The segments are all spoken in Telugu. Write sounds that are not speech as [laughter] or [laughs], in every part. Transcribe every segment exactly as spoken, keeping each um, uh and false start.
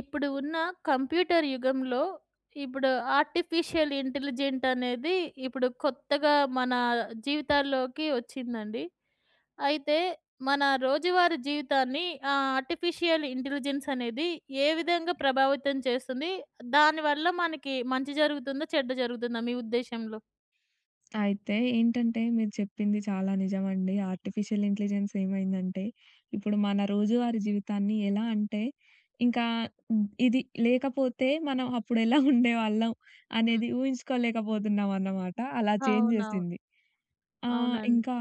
ఇప్పుడు ఉన్న కంప్యూటర్ యుగంలో ఇప్పుడు ఆర్టిఫిషియల్ ఇంటెలిజెంట్ అనేది ఇప్పుడు కొత్తగా మన జీవితాల్లోకి వచ్చిందండి. అయితే మన రోజువారీ జీవితాన్ని ఆ ఆర్టిఫిషియల్ ఇంటెలిజెన్స్ అనేది ఏ విధంగా ప్రభావితం చేస్తుంది? దానివల్ల మనకి మంచి జరుగుతుందా? చెడ్డ జరుగుతుందా మీ ఉద్దేశంలో? అయితే ఏంటంటే మీరు చెప్పింది చాలా నిజమండి. ఆర్టిఫిషియల్ ఇంటెలిజెన్స్ ఏమైందంటే, ఇప్పుడు మన రోజువారీ జీవితాన్ని ఎలా అంటే, ఇంకా హ్మ్, ఇది లేకపోతే మనం అప్పుడెలా ఉండేవాళ్ళం హ్మ్. అనేది ఊహించుకోలేకపోతున్నామన్నమాట. అలా చేంజ్ అవునవును. చేసింది. ఆహ్, అవునండి. ఇంకా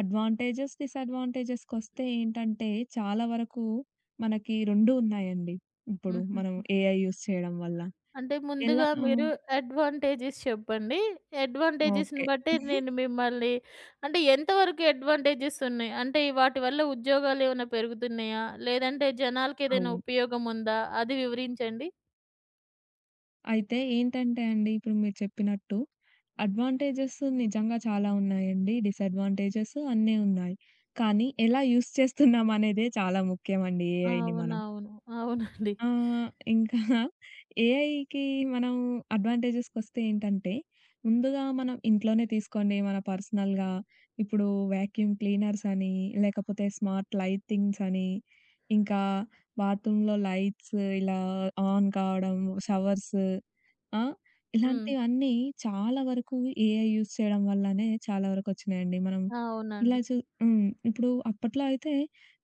అడ్వాంటేజెస్, డిసడ్వాంటేజెస్‌కొస్తే ఏంటంటే, చాలా వరకు మనకి రెండు ఉన్నాయండి. ఇప్పుడు హుహు. మనం ఏఐ యూజ్ చేయడం వల్ల. అంటే ఎలా ముందుగా హ్మ్. మీరు అడ్వాంటేజెస్ చెప్పండి. అడ్వాంటేజెస్‌ని ఓకే. బట్టి [laughs] నేను మిమ్మల్ని అంటే ఎంతవరకు అడ్వాంటేజెస్ ఉన్నాయి? అంటే ఈ వాటి వల్ల ఉద్యోగాలేమైనా పెరుగుతున్నాయా? లేదంటే జనాలకేదైనా అవును. ఉపయోగం ఉందా? అది వివరించండి. అయితే ఏంటంటే అండి, ఇప్పుడు మీరు చెప్పినట్టు అడ్వాంటేజెస్ నిజంగా చాలా ఉన్నాయండి. డిసడ్వాంటేజెస్ అన్నీ ఉన్నాయి. కానీ ఎలా యూజ్ చేస్తున్నామనేదే చాలా ముఖ్యమండి ఏఐని మనం. అవునవును. అవునండి. ఆ! ఇంకా ఏఐకి మనం అడ్వాంటేజెస్‌కొస్తే ఏంటంటే, ముందుగా మనం ఇంట్లోనే తీసుకోండి మన పర్సనల్‌గా ఇప్పుడు వాక్యూమ్ క్లీనర్స్ అని, లేకపోతే స్మార్ట్ లైటింగ్స్ అని, ఇంకా బాత్రూమ్‌లో లైట్స్ ఇలా ఆన్ కావడం, షవర్స్ ఆ! హ్మ్. ఇలాంటివన్నీ చాలా వరకు ఏఐ యూజ్ చేయడం వల్లనే చాలా వరకొచ్చినాయండి. మనం ఇలా అవునండి. చూ హ్మ్. ఇప్పుడు అప్పట్లో అయితే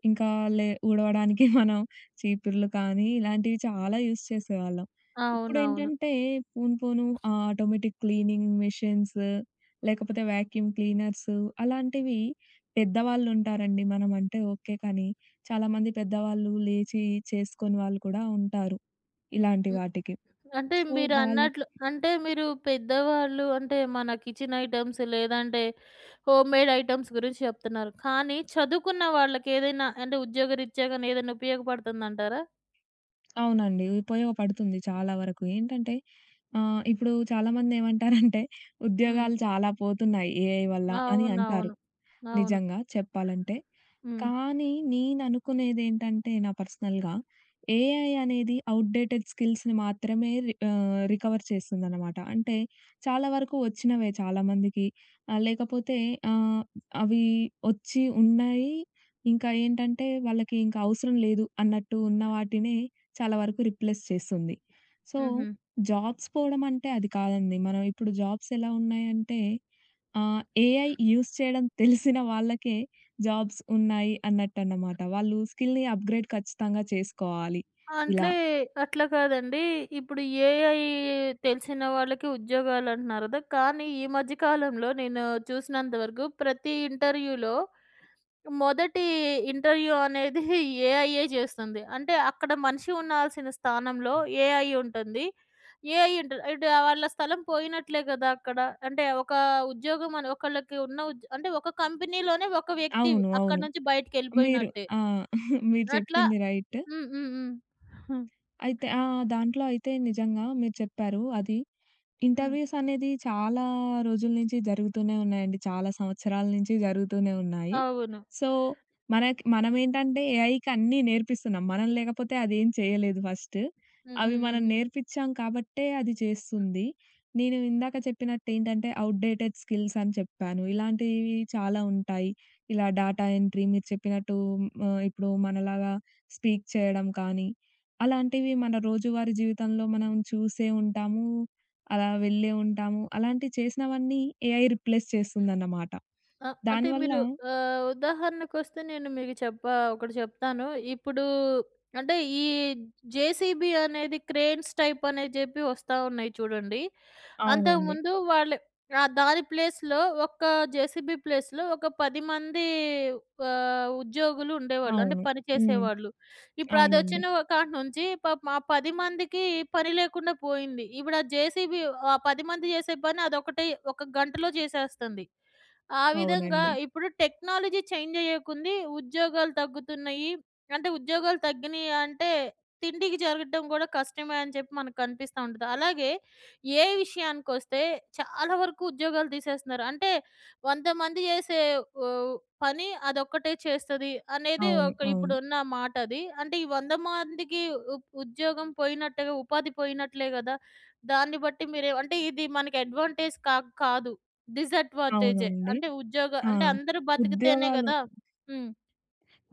ఇంకా లే ఊడవడానికి [laughs] మనం చీపుర్లు కానీ ఇలాంటివి చాలా యూజ్ చేసేవాళ్ళం. అవునవును. ఇప్పుడేంటంటే పోను పోను ఆ ఆటోమేటిక్ క్లీనింగ్ మెషిన్స్ లేకపోతే వాక్యూమ్ క్లీనర్స్ అలాంటివి పెద్దవాళ్ళుంటారండి. మనమంటే ఓకే. కానీ చాలామంది పెద్దవాళ్ళు లేచి చేసుకొని వాళ్ళు కూడా ఉంటారు ఇలాంటి హ్మ్. వాటికి. అంటే సో, వాళ్ళ మీరన్నట్లు అంటే మీరు పెద్దవాళ్ళు అంటే మన కిచెన్ ఐటెమ్స్ లేదంటే హోమ్‌మేడ్ ఐటెమ్స్ గురించి చెప్తున్నారు. కానీ చదువుకున్న వాళ్ళకి ఏదైనా అంటే ఉద్యోగరీత్యా గాని ఏదైనా ఉపయోగపడుతుందంటారా? అవునండి. ఉపయోగపడుతుంది చాలా వరకు. ఏంటంటే ఆహ్, ఇప్పుడు చాలామందేమంటారంటే హ్మ్. ఉద్యోగాలు చాలా పోతున్నాయి ఏఐ వల్ల అని అంటారు. అవునవును. అవును. నిజంగా చెప్పాలంటే. హ్మ్. కానీ నేననుకునేదేంటంటే నా పర్సనల్‌గా, ఏఐ అనేది ఔట్‌డేటెడ్ స్కిల్స్‌ని మాత్రమే రి ఆహ్, రికవర్ చేస్తుందనమాట. అంటే చాలా వరకు వచ్చినవే చాలామందికి. ఆహ్, లేకపోతే ఆహ్, అవి వచ్చి ఉన్నాయి. ఇంకా ఏంటంటే వాళ్ళకి ఇంకా అవసరం లేదు అన్నట్టు ఉన్న వాటినే చాలా వరకు రిప్లేస్ చేస్తుంది. సో, హుహు. జాబ్స్ పోవడం అంటే అది కాదండి. మనం ఇప్పుడు జాబ్స్ ఎలా ఉన్నాయంటే ఆ! ఏఐ యూజ్ చేయడం తెలిసిన వాళ్ళకే జాబ్స్ ఉన్నాయి అన్నట్టన్నమాట. వాళ్ళు స్కిల్‌ని అప్‌గ్రేడ్ ఖచ్చితంగా చేసుకోవాలి. ఇలా. అంటే అట్లా కాదండి. ఇప్పుడు ఏఐ తెలిసిన వాళ్ళకి ఉద్యోగాలంటున్నారు కదా! కానీ ఈ మధ్య కాలంలో నేను చూసినంత వరకు ప్రతి ఇంటర్వ్యూలో మొదటి ఇంటర్వ్యూ అనేది ఏఐయే చేస్తుంది. అంటే అక్కడ మనిషి ఉండాల్సిన స్థానంలో ఏఐ ఉంటుంది. ఏఐ ఇంటర్ అంటే వాళ్ళ స్థలం పోయినట్లే కదా అక్కడ. అంటే ఒక ఉద్యోగం అని ఒకళ్ళకి ఉన్న ఉద్ అంటే ఒక కంపెనీలోనే ఒక వ్యక్తి అవును. అక్కడి అవును. నుంచి మీరు బయటికెళ్ళిపోయినట్టే. ఆ! [laughs] మీరు అట్లా చెప్పింది రైట్. హ్మ్. హ్మ్. హ్మ్. అయితే ఆ! దాంట్లో అయితే నిజంగా మీరు చెప్పారు. అది హ్మ్. ఇంటర్వ్యూస్ అనేది చాలా రోజుల నుంచి జరుగుతూనే ఉన్నాయండి. చాలా సంవత్సరాల నుంచి జరుగుతూనే ఉన్నాయి. అవును. సో, మనకి మనమేంటంటే ఏఐకి అన్నీ నేర్పిస్తున్నాం. మనం లేకపోతే అదేం చేయలేదు ఫస్ట్. హ్మ్. అవి హ్మ్. హ్మ్. మనం హ్మ్. నేర్పించాం కాబట్టే అది చేస్తుంది. నేను ఇందాక చెప్పినట్టు ఏంటంటే ఔట్‌డేటెడ్ స్కిల్స్ అని చెప్పాను. ఇలాంటివి చాలా ఉంటాయి. ఇలా డేటా ఎంట్రీ మీరు చెప్పినట్టు ఆహ్, ఇప్పుడు మనలాగా స్పీక్ చేయడం కానీ అలాంటివి మన రోజువారీ జీవితంలో మనం చూసే ఉంటాము. అలా వెళ్ళే ఉంటాము. అలాంటివి చేసినవన్నీ ఏఐ రిప్లేస్ చేస్తుందన్నమాట. ఆ! అంటే దానివల్ల మీరు ఆహ్, ఉదాహరణకొస్తే నేను మీకు చెప్పా ఒకటి చెప్తాను. ఇప్పుడు అంటే ఈ జేసీబీ అనేది క్రేన్స్ టైప్ అని చెప్పి వస్తా ఉన్నాయి చూడండి. అవునండి. అంతకుముందు వాళ్ళు ఆ! దాని ప్లేస్‌లో ఒక్క జేసీబీ ప్లేస్‌లో ఒక పది మంది ఆహ్, ఉద్యోగులు ఉండేవాళ్ళు. అంటే అవును. పని హ్మ్. చేసేవాళ్ళు. ఇప్పుడు అవునండి. అదొచ్చిన కాడి నుంచి పాపం ఆ పది మందికి పని లేకుండా పోయింది. ఇప్పుడు ఆ జేసీబీ ఆ పది మంది చేసే పని అదొకటే ఒక గంటలో చేసేస్తుంది. ఆ విధంగా అవునండి. ఇప్పుడు టెక్నాలజీ చేంజ్ అయ్యేకొంది ఉద్యోగాలు తగ్గుతున్నయి. అంటే ఉద్యోగాలు తగ్గినయి అంటే తిండికి జరగటం గూడా కష్టమే అని చెప్పి మనకు కనిపిస్తా ఉంటది. అలాగే ఏ విషయానికొస్తే చాలా వరకు ఉద్యోగాలు తీసేస్తున్నారు. అంటే వంద మంది చేసే ఓహ్, పని అదొక్కటే చేస్తది అనేది అవును. ఒక అవును. ఇప్పుడున్న మాటది. అంటే ఈ వంద మందికి ఉప్ ఉద్యోగం పోయినట్టుగా ఉపాధి పోయినట్లే గదా! దాన్ని బట్టి మీరే అంటే ఇది మనకి అడ్వాంటేజ్ కా కాదు. డిసడ్వాంటేజే. అవునండి. అంటే ఉద్యోగ ఆ! అంటే అందరూ బతికితేనే ఉద్యోగాలు గదా! హ్మ్.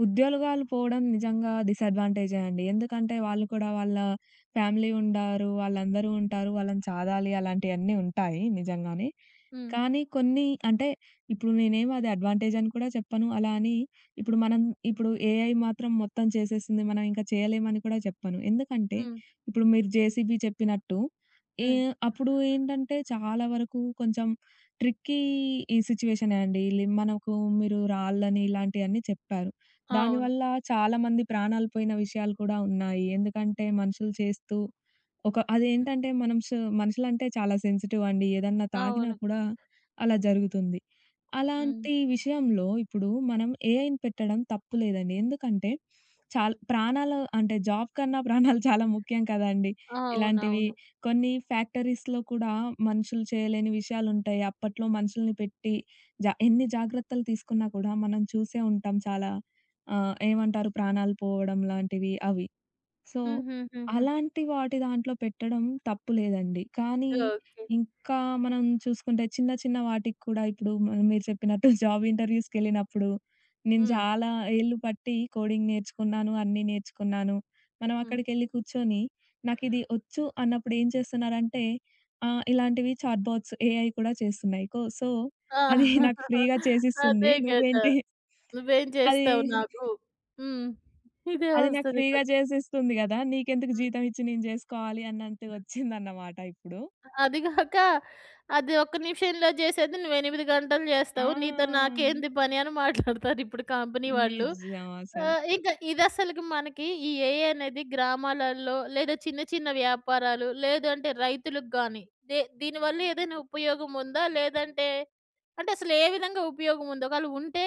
ఉద్యోగాలు పోవడం నిజంగా డిసడ్వాంటేజే అండి. ఎందుకంటే వాళ్ళు కూడా వాళ్ళ ఫ్యామిలీ ఉండారు. వాళ్ళందరూ ఉంటారు. వాళ్ళని చాదాలి అలాంటియన్నీ ఉంటాయి నిజంగానే. హ్మ్. కానీ కొన్ని అంటే ఇప్పుడు నేనేమి అది అడ్వాంటేజ్ అని కూడా చెప్పను. అలా అని ఇప్పుడు మనం ఇప్పుడు ఏఐ మాత్రం మొత్తం చేసేసింది. మనం ఇంకా చేయలేమని కూడా చెప్పను. ఎందుకంటే హ్మ్. ఇప్పుడు మీరు జేసీబీ చెప్పినట్టు ఏ హ్మ్. అప్పుడు ఏంటంటే చాలా వరకు కొంచెం ట్రిక్కీ ఈ సిట్యుయేషనే అండి. లి మనకు మీరు రాళ్ళని ఇలాంటియన్నీ చెప్పారు. అవును. దానివల్ల చాలా మంది ప్రాణాలు పోయిన విషయాలు కూడా ఉన్నాయి. ఎందుకంటే మనుషులు చేస్తూ ఒక అదేంటంటే మనం స్ మనుషులంటే చాలా సెన్సిటివ్ అండి. ఏదన్నా తాకినా అవును. కూడా అలా జరుగుతుంది. హ్మ్. అలాంటి విషయంలో ఇప్పుడు మనం ఏఐని పెట్టడం తప్పు లేదండి. ఎందుకంటే చాల్ ప్రాణాలు అంటే జాబ్ కన్నా ప్రాణాలు చాలా ముఖ్యం కదండీ! ఇలాంటివి అవునవును. కొన్ని ఫ్యాక్టరీస్‌లో కూడా మనుషులు చేయలేని విషయాలుంటాయి. అప్పట్లో మనుషుల్ని పెట్టి జ ఎన్ని జాగ్రత్తలు తీసుకున్నా కూడా మనం చూసే ఉంటాం చాలా ఆహ్, ఏమంటారు ప్రాణాలు పోవడం లాంటివి అవి. సో, హుహుహుహు. అలాంటి వాటి దాంట్లో పెట్టడం తప్పు లేదండి. కానీ ఓకే. ఇంకా మనం చూసుకుంటే చిన్న చిన్న వాటికి కూడా ఇప్పుడు మ మీరు చెప్పినట్టు [laughs] జాబ్ ఇంటర్‌వ్యూస్‌కెళ్ళినప్పుడు నేను హ్మ్. చాలా ఏళ్ళు పట్టి కోడింగ్ నేర్చుకున్నాను, అన్నీ నేర్చుకున్నాను. మనం హ్మ్. అక్కడికెళ్ళి కూర్చొని నాకిది ఒచ్చు అన్నప్పుడు ఏం చేస్తున్నారంటే ఆహ్, ఇలాంటివి చాట్ బాట్స్ ఏఐ కూడా చేస్తున్నాయి. కో సో, ఆ! అది [laughs] నాకు ఫ్రీగా చేసిస్తుంది. అదే గదా! నువ్వేంటి నువ్వేం అది చేస్తావు నాకు? హ్మ్. ఇదే అది నాకు వస్తది. కొ ఫ్రీగా చేసిస్తుంది గదా! నీకెందుకు జీతం ఇచ్చి నేను జేసుకోవాలి అన్నంత ఒచ్చిందన్నమాట ఇప్పుడు. అది గాక అది ఒక్క నిమిషంలో చేసేది నువ్వు ఎనిమిది గంటలు జేస్తావు. నీతో ఆ! నాకేంది పని అని మాట్లాడతారు ఇప్పుడు కంపెనీ వాళ్ళు. నిజం అసలు. ఆహ్, ఇంకా ఇదసలకి మనకి ఈ ఏఐ అనేది గ్రామాలల్లో లేదా చిన్న చిన్న వ్యాపారాలు లేదంటే రైతులకు గాని దే దీనివల్ల ఏదైనా ఉపయోగం ఉందా? లేదంటే అంటే అసలు ఏ విధంగా ఉపయోగం ఉంది? ఒకవేళ ఉంటే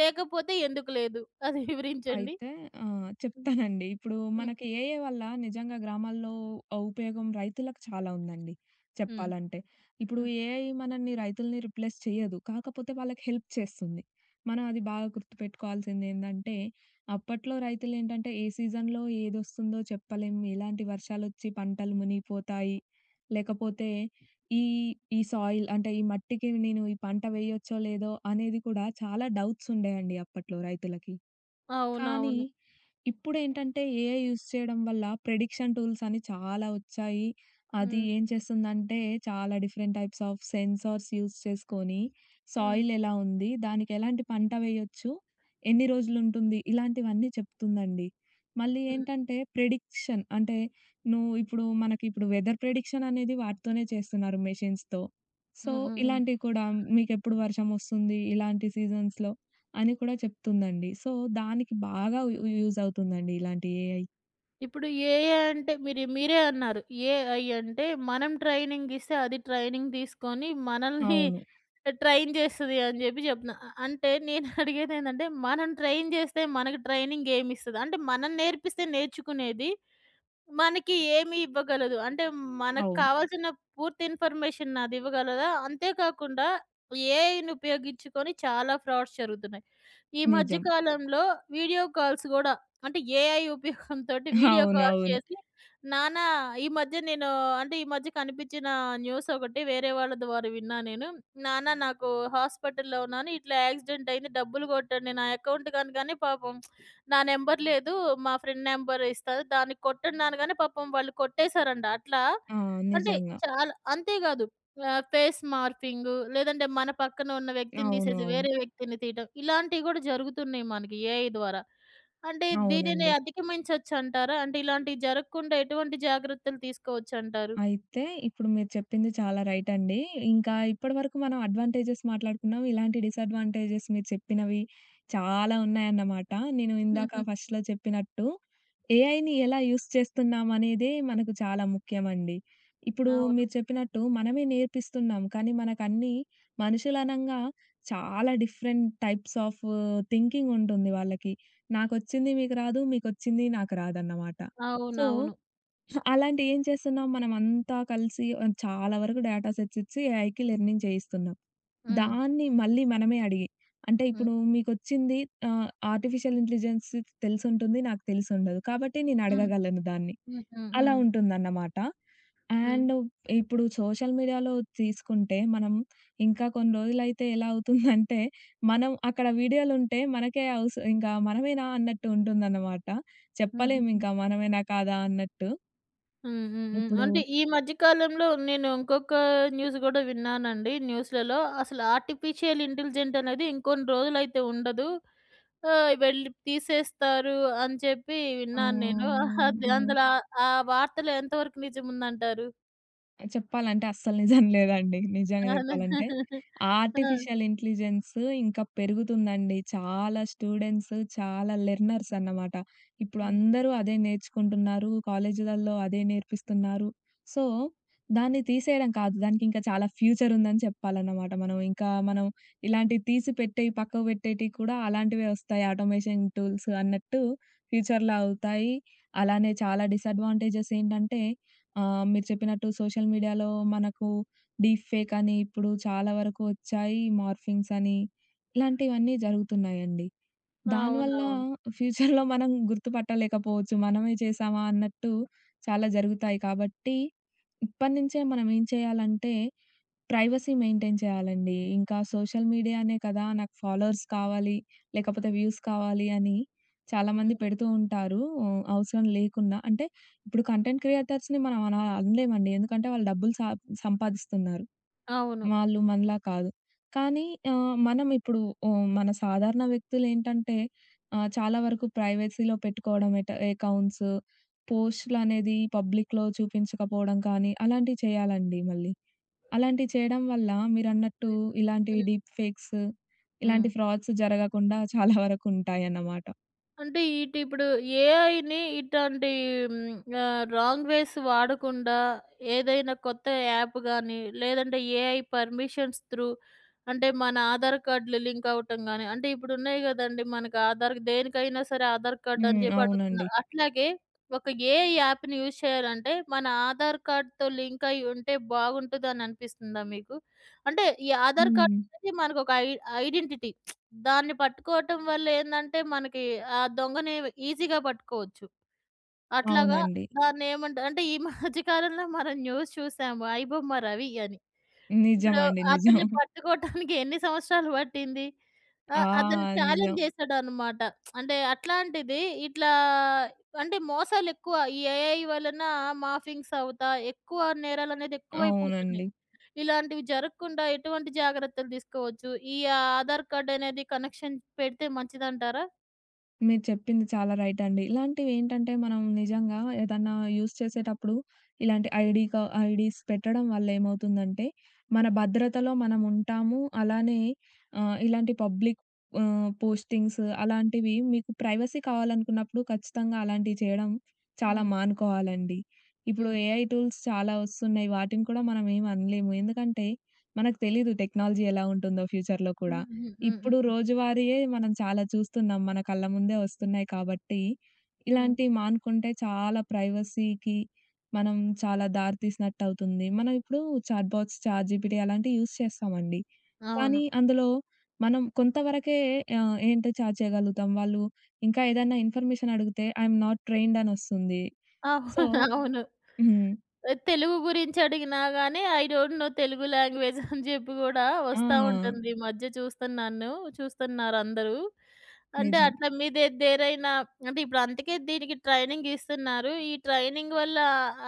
లేకపోతే ఎందుకు లేదు? అది [laughs] వివరించండి. అయితే ఆహ్, హ్మ్. చెప్తానండి. ఇప్పుడు హ్మ్. మనకి ఏఐ వల్ల నిజంగా గ్రామాల్లో ఆహ్, ఉపయోగం రైతులకు చాలా ఉందండి హ్మ్. చెప్పాలంటే. ఇప్పుడు హ్మ్. ఏఐ మనల్ని రైతుల్ని రిప్లేస్ చేయదు. కాకపోతే వాళ్ళకి హెల్ప్ చేస్తుంది. మనం అది బాగా గుర్తుపెట్టుకోవాల్సిందేందంటే, అప్పట్లో రైతులేంటంటే ఏ సీజన్‌లో ఏదొస్తుందో చెప్పలేం. ఎలాంటి వర్షాలొచ్చి పంటలు మునిగిపోతాయి. లేకపోతే ఈ ఈ సాయిల్ అంటే ఈ మట్టికి నేను ఈ పంట వేయొచ్చో లేదో అనేది కూడా చాలా డౌట్స్ ఉండేయండి అప్పట్లో రైతులకి. కానీ అవునవును. ఇప్పుడేంటంటే ఏఐ యూజ్ చేయడం వల్ల ప్రిడిక్షన్ టూల్స్ అని చాలా వచ్చాయి. అది హ్మ్. ఏం చేస్తుందంటే చాలా different types of sensors use చేసుకొని హ్మ్. సాయిల్ ఎలా ఉంది? దానికి ఎలాంటి పంట వేయొచ్చు? ఎన్ని రోజులుంటుంది? ఇలాంటివన్నీ చెప్తుందండి. మళ్ళీ హ్మ్. ఏంటంటే ప్రిడిక్షన్ అంటే నువ్వు ఇప్పుడు మనకిప్పుడు వెదర్ ప్రిడిక్షన్ అనేది వాటితోనే చేస్తున్నారు మెషిన్స్‌తో. సో, హ్మ్. హ్మ్. ఇలాంటివి కూడా మీకెప్పుడు వర్షం వస్తుంది? ఇలాంటి సీజన్స్‌లో అని కూడా చెప్తుందండి. సో, దానికి బాగా యూ యూజ్ అవుతుందండి ఇలాంటి ఏఐ. ఇప్పుడు ఏఏ అంటే మీరు మీరే అన్నారు. ఏఐ అంటే మనం ట్రైనింగ్ ఇస్తే అది ట్రైనింగ్ తీసుకొని మనల్ని అవును. ట్రైన్ చేస్తది అని చెప్పి చెప్తున్నా. అ అంటే నేను [laughs] అడిగేదేంటంటే మనం ట్రైన్ చేస్తే మనకు ట్రైనింగ్ ఏమిస్తది? అంటే మనం నేర్పిస్తే నేర్చుకునేది మనకి ఏమి ఇవ్వగలదు. అంటే మనకు అవును. కావాల్సిన పూర్తి ఇన్ఫర్మేషన్ అదివ్వగలదా? అంతే కాకుండా ఏఐని ఉపయోగించుకొని చాలా ఫ్రాడ్స్ జరుగుతున్నాయి. ఈ మధ్య నిజం. కాలంలో వీడియో కాల్స్ గూడా అంటే ఏఐ ఉపయోగంతోటి వీడియో కాల్స్ అవునవును. చేసి నానా ఈ మధ్య నేను అంటే ఈ మధ్య కనిపించిన న్యూస్ ఒకటి వేరే వాళ్ళ ద్వారా విన్నా నేను. నాన్న నాకు హాస్పిటల్‌లో ఉన్నాను. ఇట్లా యాక్సిడెంట్ అయింది. డబ్బులు కొట్టండి నా అకౌంట్‌కి అనగానే పాపం నా నెంబర్ లేదు. మా ఫ్రెండ్ నెంబర్ ఇస్తా దానికి కొట్టండి అనగానే పాపం వాళ్ళు కొట్టేసారంట. అట్లా ఆ! అంటే నిజంగా. చాలా అంతేకాదు ఆహ్, ఫేస్ మార్ఫింగు లేదంటే మన పక్కన ఉన్న వ్యక్తిని అవును. తీసేసి అవును. వేరే వ్యక్తిని తీయటం. ఇలాంటివి గూడా జరుగుతున్నాయి మనకి ఏఐ ద్వారా. అంటే దీనిని అవునండి. అధిగమించొచ్చంటారా? అంటే ఇలాంటివి జరగకుండా ఎటువంటి జాగ్రత్తలు తీసుకోవచ్చంటారు? అయితే ఇప్పుడు మీరు చెప్పింది చాలా రైట్ అండి. ఇంకా ఇప్పటివరకు మనం అడ్వాంటేజెస్ మాట్లాడుకున్నాం. ఇలాంటి డిసడ్వాంటేజెస్ మీరు చెప్పినవి చాలా ఉన్నాయన్నమాట. నేను ఇందాక [laughs] ఫస్ట్‌లో చెప్పినట్టు ఏఐని ఎలా యూజ్ చేస్తున్నామనేదే మనకు చాలా ముఖ్యమండి. ఇప్పుడు అవును. మీరు చెప్పినట్టు మనమే నేర్పిస్తున్నాం. కానీ మనకన్నీ మనుషులనంగా చాలా డిఫరెంట్ టైప్స్ ఆఫ్ థింకింగ్ ఉంటుంది వాళ్ళకి. నాకొచ్చింది మీకు రాదు. మీకొచ్చింది నాకు రాదన్నమాట. సో అవునవును. అలాంటి ఏం చేస్తున్నాం మనమంతా కలిసి ఆహ్, చాలా వరకు డేటా సెట్స్ ఇచ్చి ఏఐకి లెర్నింగ్ చేయిస్తున్నాం. హ్మ్. దాన్ని మళ్ళీ మనమే అడిగి అంటే హ్మ్. ఇప్పుడు మీకొచ్చింది ఆహ్, ఆర్టిఫిషియల్ ఇంటెలిజెన్స్ తెలిసుంటుంది. నాకు తెలిసుండదు. కాబట్టి నేను హ్మ్. అడగగలను దాన్ని. హ్మ్. హ్మ్. అలా హ్మ్. ఉంటుందన్నమాట. హ్మ్. అండ్ ఇప్పుడు సోషల్ మీడియాలో తీసుకుంటే మనం ఇంకా కొన్ని రోజులైతే ఎలా అవుతుందంటే మనం అక్కడ వీడియోలుంటే మనకే అవస్ ఇంకా మనమేనా అన్నట్టు ఉంటుందన్నమాట. హుహుహు. చెప్పలేమింకా మనమేనా కాదా అన్నట్టు. హ్మ్. హ్మ్. హ్మ్. ఇప్పుడు అంటే ఈ మధ్య కాలంలో నేను ఇంకొక న్యూస్ గూడా విన్నానండి న్యూస్‌లలో. అసలు ఆర్టిఫిషియల్ ఇంటెలిజెంట్ అనేది ఇంకొన్ని రోజులైతే ఉండదు. ఆహ్, వెళ్ళి తీసేస్తారు అని చెప్పి విన్నాను నేను. ఆహ్, అది హ్మ్. అందులో ఆ వార్తలో ఎంతవరకు నిజముందంటారు? చెప్పాలంటే అస్సలు నిజం లేదండి. నిజంగా జెప్పాలంటే. అదే. ఆ! ఆర్టిఫిషియల్ ఇంటెలిజెన్స్ ఇంకా పెరుగుతుందండి. చాలా స్టూడెంట్స్, చాలా లెర్నర్స్ అన్నమాట. ఇప్పుడు హ్మ్. అందరూ అదే నేర్చుకుంటున్నారు. కాలేజీలలో అదే నేర్పిస్తున్నారు. సో, దాన్ని తీసేయడం కాదు. దానికి ఇంకా చాలా ఫ్యూచర్ ఉందని చెప్పాలన్నమాట మనం. ఇంకా మనం ఇలాంటివి తీసి పెట్టేయి, పక్కకు పెట్టేటివి కూడా అలాంటివే వస్తాయి. ఆటోమేషన్ టూల్స్ అన్నట్టు ఫ్యూచర్‌లో అవుతాయి. అలానే చాలా డిసడ్వాంటేజెస్ ఏంటంటే ఆ! మీరు చెప్పినట్టు సోషల్ మీడియాలో మనకు డీప్ ఫేక్ అని ఇప్పుడు చాలా వరకు వచ్చాయి. మార్ఫింగ్స్ అని ఇలాంటివన్నీ జరుగుతున్నాయండి. దానివల్ల అవునవును. ఫ్యూచర్‌లో మనం గుర్తుపట్టలేకపోవచ్చు. మనమే చేశామా అన్నట్టు చాలా జరుగుతాయి. కాబట్టి ఇప్పటి నుంచే మనం ఏం చేయాలంటే ప్రైవసీ మెయింటైన్ చేయాలండి. ఇంకా సోషల్ మీడియానే కదా! నాకు ఫాలోవర్స్ కావాలి, లేకపోతే వ్యూస్ కావాలి అని చాలామంది హ్మ్. పెడుతూ ఉంటారు. హ్మ్, అవసరం లేకున్నా. అంటే ఇప్పుడు కంటెంట్ క్రియేటర్స్‌ని మనం అలా అనలేమండి. ఎందుకంటే వాళ్ళు డబ్బులు సా సంపాదిస్తున్నారు. అవును. వాళ్ళు మనలా కాదు. కానీ ఆహ్, మనం ఇప్పుడు హ్మ్, మన సాధారణ వ్యక్తులేంటంటే ఆహ్, చాలా వరకు ప్రైవసీలో పెట్టుకోవడం ఎట అకౌంట్స్, పోస్ట్‌లనేది పబ్లిక్‌లో చూపించకపోవడం కానీ అలాంటివి చేయాలండి మళ్ళీ. అలాంటివి చేయడం వల్ల మీరన్నట్టు ఇలాంటివి హ్మ్. డీప్ ఫేక్స్, హ్మ్. ఇలాంటి ఫ్రాడ్స్ జరగకుండా చాలా వరకుంటాయన్నమాట. అంటే ఇటు ఇప్పుడు ఏఐని ఇట్లాంటి హ్మ్, ఆహ్, రాంగ్ వేస్ వాడకుండా ఏదైనా కొత్త యాప్ గాని, లేదంటే ఏఐ పర్మిషన్స్ త్రూ అంటే మన ఆధార్ కార్డ్‌లు లింక్ అవ్వటం గాని, అంటే ఇప్పుడు ఉన్నాయి గదండీ! మనకు ఆధార్ దేనికైనా సరే ఆధార్ కార్డ్ అని హ్మ్. చెప్పి అవునండి. అడుగుతున్నారు. అట్లాగే ఒక ఏఐ యాప్‌ని యూజ్ చేయాలంటే మన ఆధార్ కార్డ్‌తో లింక్ అయ్యి ఉంటే బాగుంటదని అనిపిస్తుందా మీకు? అంటే ఈ ఆధార్ కార్డ్ హ్మ్. అనేది మనకొక ఐ ఐడెంటిటీ. దాన్ని పట్టుకోవటం వల్ల ఏందంటే, మనకి ఆ దొంగని ఈజీగా పట్టుకోవచ్చు. అట్లాగా అవునండి. దాన్నేమంట అంటే ఈ మధ్య కాలంలో మనం న్యూస్ చూసాము. 'ఐబొమ్మ రవి' అని. ఇప్పుడు నిజమండి. నిజం. అతన్ని పట్టుకోవటానికి ఎన్ని సంవత్సరాలు పట్టింది? ఆ! ఆ! అతను నిజం. ఛాలెంజ్ చేసాడనమాట. అంటే అట్లాంటిది ఇట్లా అంటే మోసాలెక్కువ. ఈ ఏఐ వలన మాఫింగ్స్ అవుతా ఎక్కువ నేరాలనేది ఎక్కువైపోతున్నాయి. అవునండి. ఇలాంటివి జరగకుండా ఎటువంటి జాగ్రత్తలు తీసుకోవచ్చు? ఈ ఆధార్ కార్డ్ అనేది కనెక్షన్ పెడితే మంచిదంటారా? మీరు చెప్పింది చాలా రైట్ అండి. ఇలాంటివేంటంటే మనం నిజంగా ఏదన్నా యూజ్ చేసేటప్పుడు ఇలాంటి ఐడీ క ఐడీస్ పెట్టడం వల్ల ఏమవుతుందంటే, మన భద్రతలో మనం ఉంటాము. అలానే ఆహ్, ఇలాంటి పబ్లిక్ ఆహ్, పోస్టింగ్స్ అలాంటివి మీకు ప్రైవసీ కావాలనుకున్నప్పుడు ఖచ్చితంగా అలాంటివి చేయడం చాలా హ్మ్. మానుకోవాలండి. ఇప్పుడు హ్మ్. ఏఐ టూల్స్ చాలా వస్తున్నాయి. వాటిని కూడా మనం ఏమి అనలేము. ఎందుకంటే మనకు తెలీదు టెక్నాలజీ ఎలా ఉంటుందో ఫ్యూచర్‌లో కూడా. హుహుహు. హ్మ్. ఇప్పుడు హ్మ్. రోజువారీయే మనం చాలా చూస్తున్నాం. మన కళ్ళ ముందే వస్తున్నాయి కాబట్టి, హ్మ్. ఇలాంటివి మానుకుంటే చాలా ప్రైవసీకి మనం చాలా దారి తీసినట్టవుతుంది. మనం ఇప్పుడు చాట్ బాట్స్, చాట్ జీపీటీ అలాంటివి యూజ్ చేస్తామండి. కానీ అవును. అందులో మనం కొంతవరకే ఆహ్, ఏంటో చాట్ చేయగలుగుతాం. వాళ్ళు ఇంకా ఏదైనా ఇన్ఫర్మేషన్ అడిగితే ఐ యామ్ నాట్ ట్రైన్డ్ అనొస్తుంది. సో అవును. అవును. హ్మ్. తెలుగు గురించి అడిగినా గాని I don't know Telugu language అని చెప్పి గూడా ఆ! వస్తా ఉంటుంది. ఈ మధ్య చూస్తున్నాను చూస్తున్నారందరూ. అంటే నిజం. అట్లా మీదే దేరైనా అంటే ఇప్పుడు అందుకే దీనికి ట్రైనింగ్ ఇస్తున్నారు. ఈ ట్రైనింగ్ వల్ల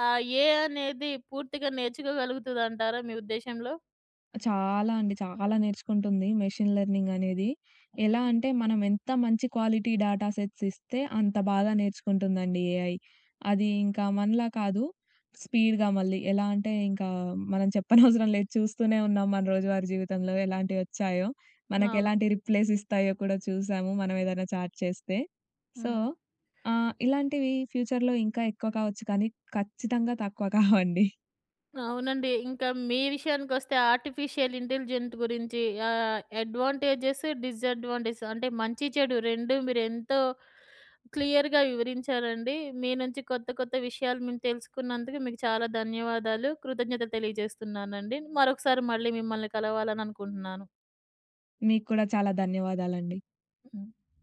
ఆ ఏ అనేది పూర్తిగా నేర్చుకోగలుగుతదంటారా మీ ఉద్దేశంలో? చాలా అండి. చాలా నేర్చుకుంటుంది మెషిన్ లెర్నింగ్ అనేది. ఎలా అంటే మనం ఎంత మంచి క్వాలిటీ డేటా సెట్స్ ఇస్తే అంత బాగా నేర్చుకుంటుందండి ఏఐ. అది ఇంకా మనలా కాదు స్పీడ్‌గా మళ్ళీ. ఎలా అంటే ఇంకా మనం చెప్పనవసరం లేదు. చూస్తూనే ఉన్నాం మన రోజువారీ జీవితంలో ఎలాంటివొచ్చాయో, అవును. మనకెలాంటి రిప్లైస్ ఇస్తాయో కూడా చూసాము మనం ఏదైనా చాట్ చేస్తే. సో, హ్మ్. ఆహ్, ఇలాంటివి ఫ్యూచర్‌లో ఇంకా ఎక్కువ కావచ్చు కానీ ఖచ్చితంగా తక్కువ కావండి. అవునండి. ఇంకా మీ విషయానికొస్తే ఆర్టిఫిషియల్ ఇంటెలిజెంట్ గురించి ఆహ్, అడ్వాంటేజెస్, డిసడ్వాంటేజెస్ అంటే మంచి, చెడు రెండూ మీరెంతో క్లియర్‌గా వివరించారండి. మీ నుంచి కొత్త, కొత్త విషయాలు మేము తెలుసుకున్నందుకు మీకు చాలా ధన్యవాదాలు. కృతజ్ఞతలు తెలియజేస్తున్నానండి. మరొకసారి మళ్ళీ మిమ్మల్ని కలవాలని అనుకుంటున్నాను. మీకు కూడా చాలా ధన్యవాదాలండి. హ్మ్.